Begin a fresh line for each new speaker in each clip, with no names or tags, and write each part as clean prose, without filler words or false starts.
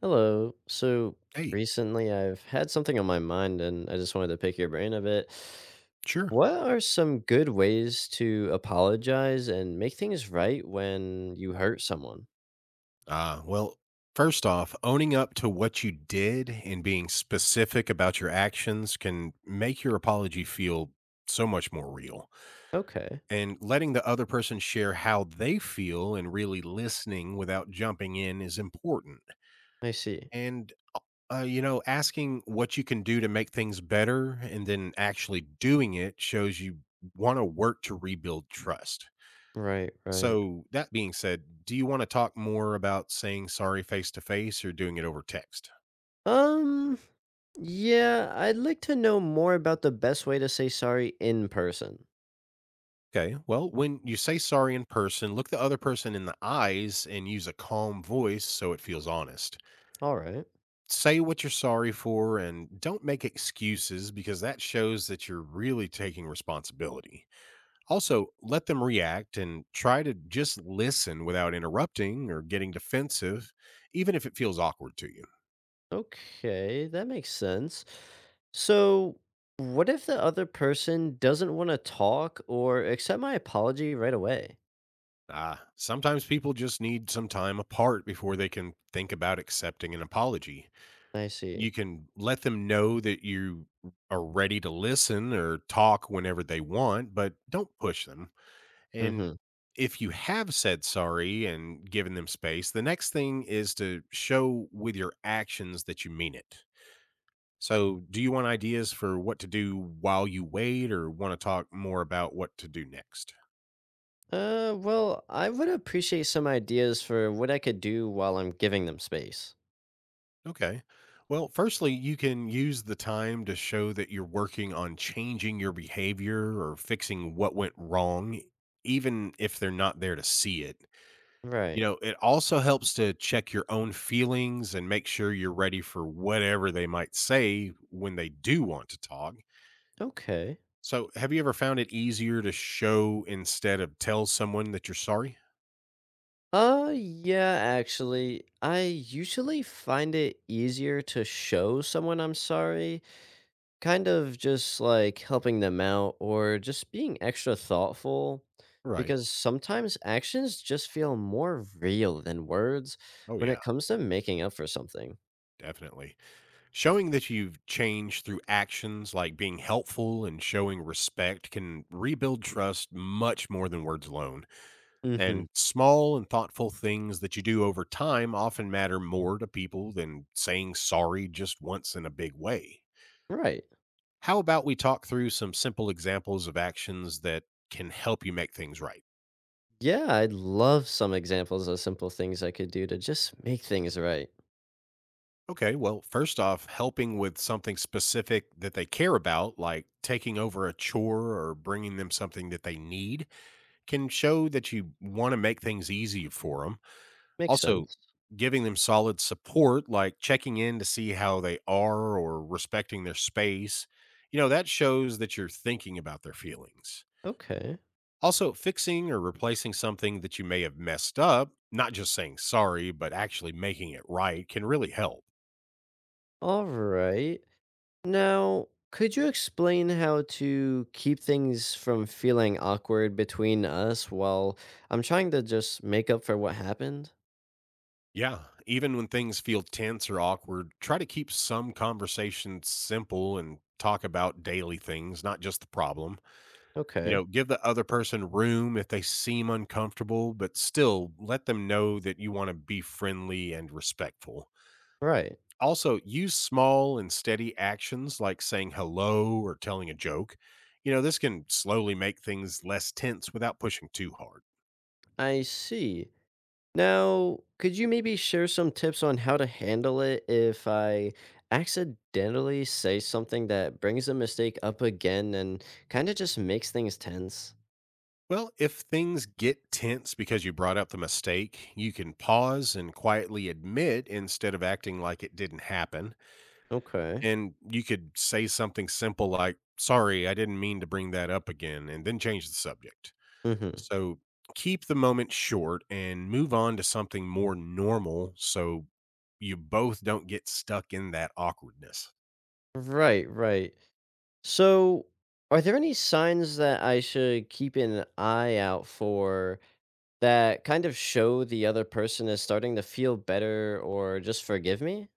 Hello. So
Hey,
recently I've had something on my mind and I just wanted to pick your brain a bit.
sure.
What are some good ways to apologize and make things right when you hurt someone?
Uh, well, first off, owning up to what you did and being specific about your actions can make your apology feel so much more real.
Okay,
And letting the other person share how they feel and really listening without jumping in is important.
I see.
And, asking what you can do to make things better and then actually doing it shows you want to work to rebuild trust.
Right, right.
So, that being said, do you want to talk more about saying sorry face to face or doing it over text?
Um, yeah, I'd like to know more about the best way to say sorry in person.
Okay. Well, when you say sorry in person, look the other person in the eyes and use a calm voice so it feels honest.
All right.
Say what you're sorry for and don't make excuses because that shows that you're really taking responsibility. Also, let them react and try to just listen without interrupting or getting defensive, even if it feels awkward to you.
Okay, that makes sense. So, what if the other person doesn't want to talk or accept my apology right away?
Ah, sometimes people just need some time apart before they can think about accepting an apology.
I see.
You can let them know that you are ready to listen or talk whenever they want, but don't push them. And
Mm-hmm.
if you have said sorry and given them space, the next thing is to show with your actions that you mean it. So, do you want ideas for what to do while you wait or want to talk more about what to do next?
Well, I would appreciate some ideas for what I could do while I'm giving them space.
Okay. Well, firstly, you can use the time to show that you're working on changing your behavior or fixing what went wrong, even if they're not there to see it. You
Right.
know, it also helps to check your own feelings and make sure you're ready for whatever they might say when they do want to talk.
Okay.
So, have you ever found it easier to show instead of tell someone that you're sorry?
Yeah, actually, I usually find it easier to show someone I'm sorry, kind of just like helping them out or just being extra thoughtful,
Right.
because sometimes actions just feel more real than words
Oh,
when
yeah,
it comes to making up for something.
definitely. Showing that you've changed through actions like being helpful and showing respect can rebuild trust much more than words alone.
Hmm.
And small and thoughtful things that you do over time often matter more to people than saying sorry just once in a big way.
Right.
How about we talk through some simple examples of actions that can help you make things right?
Yeah, I'd love some examples of simple things I could do to just make things right.
Okay, well, first off, helping with something specific that they care about, like taking over a chore or bringing them something that they need can show that you wanna make things easy for them.
Makes
Also,
sense.
giving them solid support, like checking in to see how they are or respecting their space, you know, that shows that you're thinking about their feelings.
Okay.
Also, fixing or replacing something that you may have messed up, not just saying sorry, but actually making it right can really help.
All right. Now, could you explain how to keep things from feeling awkward between us while I'm trying to just make up for what happened?
Yeah, even when things feel tense or awkward, try to keep some conversations simple and talk about daily things, not just the problem. You know,
Okay.
give the other person room if they seem uncomfortable, but still let them know that you want to be friendly and respectful.
Right.
Also, use small and steady actions like saying hello or telling a joke. You know, this can slowly make things less tense without pushing too hard.
I see. Now, could you maybe share some tips on how to handle it if I accidentally say something that brings the mistake up again and kind of just makes things tense?
Well, if things get tense because you brought up the mistake, you can pause and quietly admit instead of acting like it didn't happen.
Okay.
And you could say something simple like, "Sorry, I didn't mean to bring that up again," and then change the subject.
Mhm.
So keep the moment short and move on to something more normal so you both don't get stuck in that awkwardness.
Right, right. So, are there any signs that I should keep an eye out for that kind of show the other person is starting to feel better or just forgive me?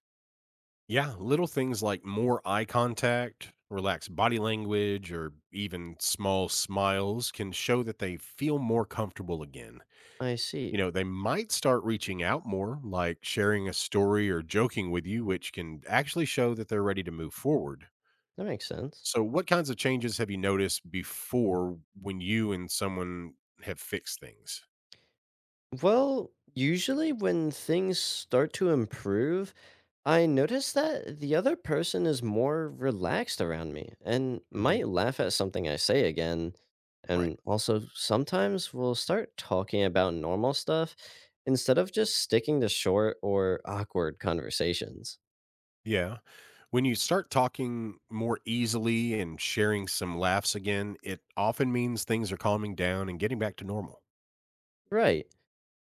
Yeah, little things like more eye contact, relaxed body language, or even small smiles can show that they feel more comfortable again.
I
You
see.
know, they might start reaching out more, like sharing a story or joking with you, which can actually show that they're ready to move forward.
That makes sense.
So, what kinds of changes have you noticed before when you and someone have fixed things?
Well, usually when things start to improve, I notice that the other person is more relaxed around me and
Hmm.
might laugh at something I say again.
Right.
And also, sometimes we'll start talking about normal stuff instead of just sticking to short or awkward conversations.
Yeah. When you start talking more easily and sharing some laughs again, it often means things are calming down and getting back to normal.
Right.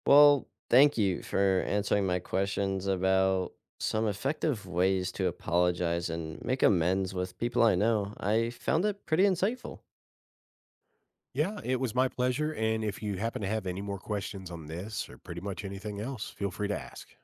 Well, thank you for answering my questions about some effective ways to apologize and make amends with people I know. I found it pretty insightful.
Yeah, it was my pleasure. And if you happen to have any more questions on this or pretty much anything else, feel free to ask.